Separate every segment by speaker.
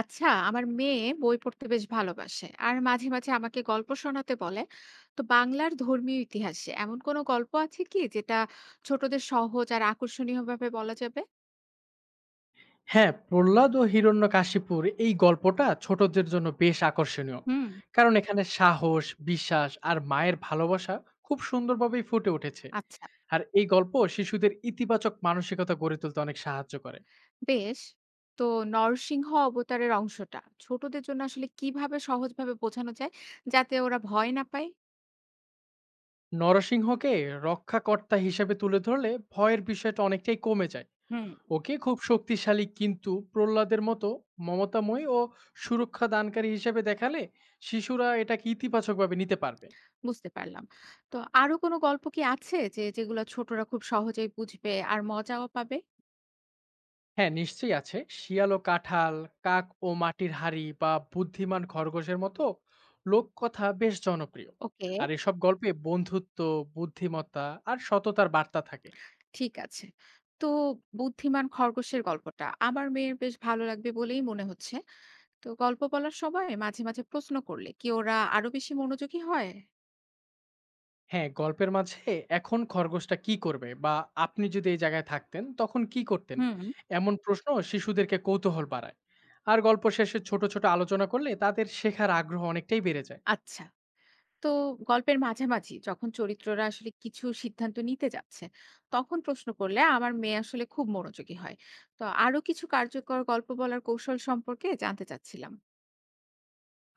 Speaker 1: আচ্ছা, আমার মেয়ে বই পড়তে বেশ ভালোবাসে আর মাঝে মাঝে আমাকে গল্প শোনাতে বলে। তো বাংলার ধর্মীয় ইতিহাসে এমন কোনো গল্প আছে কি যেটা ছোটদের সহজ আর আকর্ষণীয় ভাবে বলা যাবে?
Speaker 2: হ্যাঁ, 'প্রহ্লাদ ও হিরণ্যকাশিপুর' এই গল্পটা ছোটদের জন্য বেশ আকর্ষণীয়।
Speaker 1: হুম।
Speaker 2: কারণ এখানে সাহস, বিশ্বাস আর মায়ের ভালোবাসা খুব সুন্দরভাবেই ফুটে উঠেছে।
Speaker 1: আচ্ছা।
Speaker 2: আর এই গল্প শিশুদের ইতিবাচক মানসিকতা গড়ে তুলতে অনেক সাহায্য করে।
Speaker 1: বেশ। তো নরসিংহ অবতারের অংশটা ছোটদের জন্য আসলে কিভাবে সহজভাবে বোঝানো যায়, যাতে ওরা ভয় না পায়?
Speaker 2: নরসিংহকে রক্ষাকর্তা হিসেবে তুলে ধরলে ভয়ের বিষয়টা অনেকটাই কমে যায়।
Speaker 1: হুম।
Speaker 2: ওকে খুব শক্তিশালী কিন্তু প্রহ্লাদের মতো মমতাময়ী ও সুরক্ষা দানকারী হিসেবে দেখালে শিশুরা এটাকে ইতিবাচকভাবে নিতে পারবে।
Speaker 1: বুঝতে পারলাম। তো আরো কোনো গল্প কি আছে যেগুলো ছোটরা খুব সহজেই বুঝবে আর মজাও পাবে?
Speaker 2: হ্যাঁ, নিশ্চয়ই আছে। শিয়াল ও কাঁঠাল, কাক ও মাটির হাঁড়ি বা বুদ্ধিমান খরগোশের মতো লোককথা বেশ জনপ্রিয়।
Speaker 1: ওকে।
Speaker 2: আর এসব গল্পে বন্ধুত্ব, বুদ্ধিমত্তা আর সততার বার্তা থাকে।
Speaker 1: ঠিক আছে। তো বুদ্ধিমান খরগোশের গল্পটা আমার মেয়ের বেশ ভালো লাগবে বলেই মনে হচ্ছে। তো গল্প বলার সময় মাঝে, মাঝে প্রশ্ন করলে কি ওরা আরো বেশি মনোযোগী হয়?
Speaker 2: হ্যাঁ, গল্পের মাঝে এখন খরগোশটা কি করবে বা আপনি যদি এই জায়গায় থাকতেন তখন কি করতেন?
Speaker 1: হুম।
Speaker 2: এমন প্রশ্ন শিশুদেরকে কৌতূহল বাড়ায়। আর গল্প শেষে ছোট, ছোট আলোচনা করলে তাদের শেখার আগ্রহ অনেকটাই বেড়ে যায়।
Speaker 1: আচ্ছা। তো গল্পের মাঝামাঝি যখন চরিত্ররা আসলে কিছু সিদ্ধান্ত নিতে যাচ্ছে, তখন প্রশ্ন করলে আমার মেয়ে আসলে খুব মনোযোগী হয়। তো আরো কিছু কার্যকর গল্প বলার কৌশল সম্পর্কে জানতে চাচ্ছিলাম।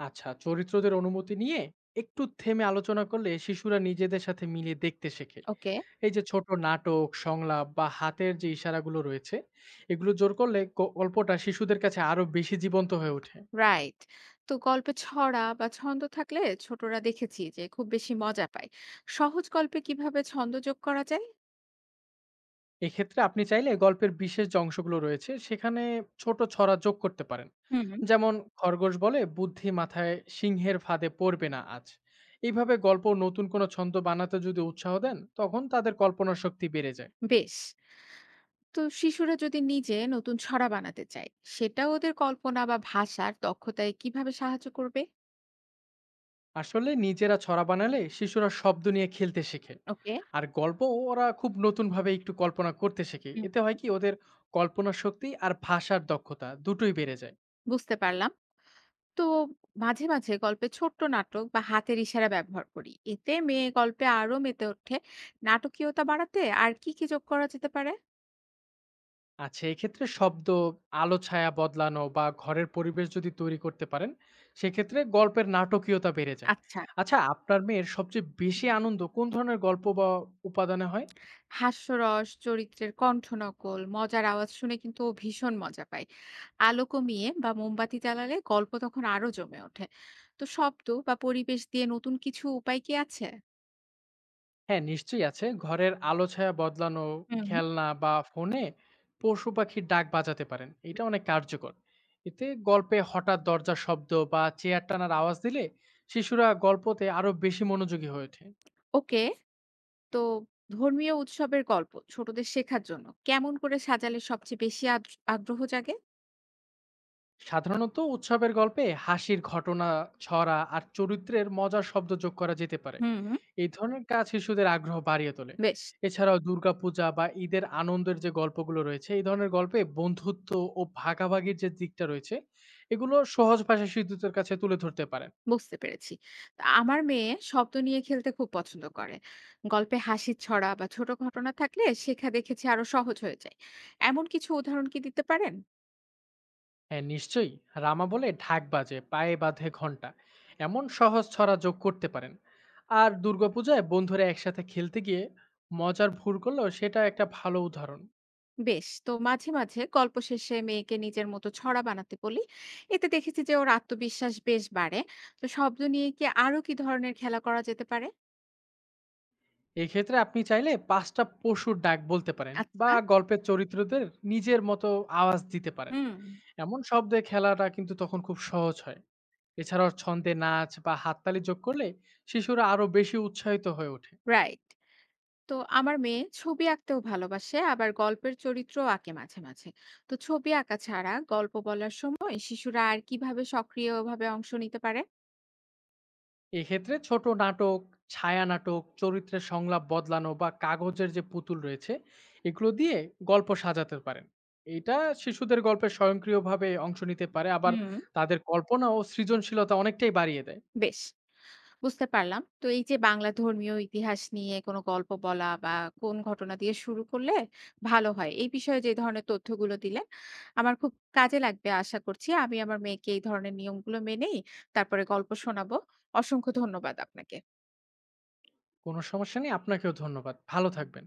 Speaker 2: আচ্ছা, চরিত্রদের অনুমতি নিয়ে একটু থেমে আলোচনা করলে শিশুরা নিজেদের সাথে মিলিয়ে দেখতে শেখে।
Speaker 1: ওকে।
Speaker 2: এই যে ছোট নাটক, সংলাপ বা হাতের যে ইশারাগুলো রয়েছে, এগুলো জোর করলে গল্পটা শিশুদের কাছে আরো বেশি জীবন্ত হয়ে ওঠে।
Speaker 1: রাইট। তো গল্পে ছড়া বা ছন্দ থাকলে ছোটরা দেখেছি যে খুব বেশি মজা পায়। সহজ গল্পে কিভাবে ছন্দ যোগ করা যায়?
Speaker 2: এক্ষেত্রে আপনি চাইলে গল্পের বিশেষ যে অংশগুলো রয়েছে সেখানে ছোট ছড়া যোগ করতে পারেন।
Speaker 1: হুম।
Speaker 2: যেমন, খরগোশ বলে বুদ্ধি মাথায়, সিংহের ফাঁদে পড়বে না আজ। এইভাবে গল্প নতুন কোনো ছন্দ বানাতে যদি উৎসাহ দেন, তখন তাদের কল্পনা শক্তি বেড়ে যায়।
Speaker 1: বেশ। তো শিশুরা যদি নিজে নতুন ছড়া বানাতে চায়, সেটা ওদের কল্পনা বা ভাষার দক্ষতায় কিভাবে সাহায্য করবে?
Speaker 2: আসলে নিজেরা ছড়া বানালে শিশুরা শব্দ নিয়ে খেলতে শেখে।
Speaker 1: ওকে।
Speaker 2: আর গল্প ওরা খুব নতুনভাবে একটু কল্পনা করতে শেখে।
Speaker 1: হুম,
Speaker 2: এতে হয় কি, ওদের কল্পনা শক্তি আর ভাষার দক্ষতা দুটোই বেড়ে যায়।
Speaker 1: বুঝতে পারলাম। তো মাঝে মাঝে গল্পে ছোট্ট নাটক বা হাতের ইশারা ব্যবহার করি, এতে মেয়ে গল্পে আরো মেতে ওঠে। নাটকীয়তা বাড়াতে আর কি কি যোগ করা যেতে পারে?
Speaker 2: আচ্ছা, এক্ষেত্রে শব্দ, আলো ছায়া বদলানো বা ঘরের পরিবেশ যদি তৈরি করতে পারেন, সেক্ষেত্রে গল্পের নাটকীয়তা বেড়ে যায়।
Speaker 1: আচ্ছা।
Speaker 2: আচ্ছা, আপনার মেয়ের সবচেয়ে বেশি আনন্দ কোন ধরনের গল্প বা উপাদানে হয়?
Speaker 1: হাস্যরস, চরিত্রের কণ্ঠনকল, মজার আওয়াজ শুনে কিন্তু ও ভীষণ মজা পায়। আলো কমিয়ে বা মোমবাতি জ্বালালে গল্প তখন আরো জমে ওঠে। তো শব্দ বা পরিবেশ দিয়ে নতুন কিছু উপায় কি আছে?
Speaker 2: হ্যাঁ, নিশ্চয়ই আছে। ঘরের আলো ছায়া বদলানো,
Speaker 1: হুম।
Speaker 2: খেলনা বা ফোনে পশু পাখির ডাক বাজাতে পারেন। এটা অনেক কার্যকর। এতে গল্পে হঠাৎ দরজার শব্দ বা চেয়ার টানার আওয়াজ দিলে শিশুরা গল্পতে আরো বেশি মনোযোগী হয়ে ওঠে।
Speaker 1: ওকে, তো ধর্মীয় উৎসবের গল্প ছোটদের শেখার জন্য কেমন করে সাজালে সবচেয়ে বেশি আগ্রহ জাগে?
Speaker 2: সাধারণত উৎসবের গল্পে হাসির ঘটনা, ছড়া আর চরিত্রের মজার শব্দ যোগ করা যেতে পারে।
Speaker 1: হুম।
Speaker 2: এই ধরনের কাজ শিশুদের আগ্রহ বাড়িয়ে তোলে।
Speaker 1: বেশ।
Speaker 2: এছাড়াও দুর্গাপূজা বা ঈদের আনন্দের যে গল্পগুলো রয়েছে, এই ধরনের গল্পে বন্ধুত্ব ও ভাগাভাগির যে দিকটা রয়েছে, এগুলো সহজ ভাষায় শিশুদের কাছে তুলে ধরতে পারেন।
Speaker 1: বুঝতে পেরেছি। তো আমার মেয়ে শব্দ নিয়ে খেলতে খুব পছন্দ করে। গল্পে হাসির ছড়া বা ছোট ঘটনা থাকলে শেখা দেখেছি আরো সহজ হয়ে যায়। এমন কিছু উদাহরণ কি দিতে পারেন?
Speaker 2: হ্যাঁ, নিশ্চয়ই। রামা বলে ঢাক বাজে, পায়ে বাঁধে ঘণ্টা। এমন সহজ ছড়া যোগ করতে পারেন। আর দুর্গাপূজায় বন্ধুরা একসাথে খেলতে গিয়ে মজার ভুল করলেও সেটা একটা ভালো উদাহরণ।
Speaker 1: বেশ, তো মাঝে, মাঝে গল্প শেষে মেয়েকে নিজের মতো ছড়া বানাতে বলি। এতে দেখেছি যে ওর আত্মবিশ্বাস বেশ বাড়ে। তো শব্দ নিয়ে কি আরো কি ধরনের খেলা করা যেতে পারে?
Speaker 2: এক্ষেত্রে আপনি চাইলে 5টা পশুর ডাক বলতে পারেন বা
Speaker 1: আচ্ছা।
Speaker 2: গল্পের চরিত্রদের নিজের মতো আওয়াজ দিতে পারেন।
Speaker 1: হুম,
Speaker 2: এমন শব্দে খেলাটা কিন্তু তখন খুব সহজ হয়। এছাড়াও ছন্দে নাচ বা হাততালি যোগ করলে শিশুরা আরো বেশি উৎসাহিত হয়ে ওঠে।
Speaker 1: রাইট। তো আমার মেয়ে ছবি আঁকতেও ভালোবাসে, আবার গল্পের চরিত্রও আঁকে মাঝে মাঝে। তো ছবি আঁকা ছাড়া গল্প বলার সময় শিশুরা আর কিভাবে সক্রিয়ভাবে অংশ নিতে পারে?
Speaker 2: এক্ষেত্রে ছোট নাটক, ছায়া নাটক, চরিত্রের সংলাপ বদলানো বা কাগজের যে পুতুল রয়েছে, এগুলো দিয়ে গল্প সাজাতে পারেন। এটা শিশুদের গল্পে স্বয়ংক্রিয়ভাবে অংশ নিতে পারে, আবার
Speaker 1: হুম।
Speaker 2: তাদের কল্পনা ও সৃজনশীলতা অনেকটাই বাড়িয়ে দেয়।
Speaker 1: বেশ। বুঝতে পারলাম। তো এই যে বাংলা ধর্মীয় ইতিহাস নিয়ে কোনো গল্প বলা বা কোন ঘটনা দিয়ে শুরু করলে ভালো হয়, এই বিষয়ে যে ধরনের তথ্যগুলো দিলে আমার খুব কাজে লাগবে। আশা করছি আমি আমার মেয়েকে এই ধরনের নিয়মগুলো মেনেই তারপরে গল্প শোনাবো। অসংখ্য ধন্যবাদ আপনাকে।
Speaker 2: কোনো সমস্যা নেই। আপনাকেও ধন্যবাদ। ভালো থাকবেন।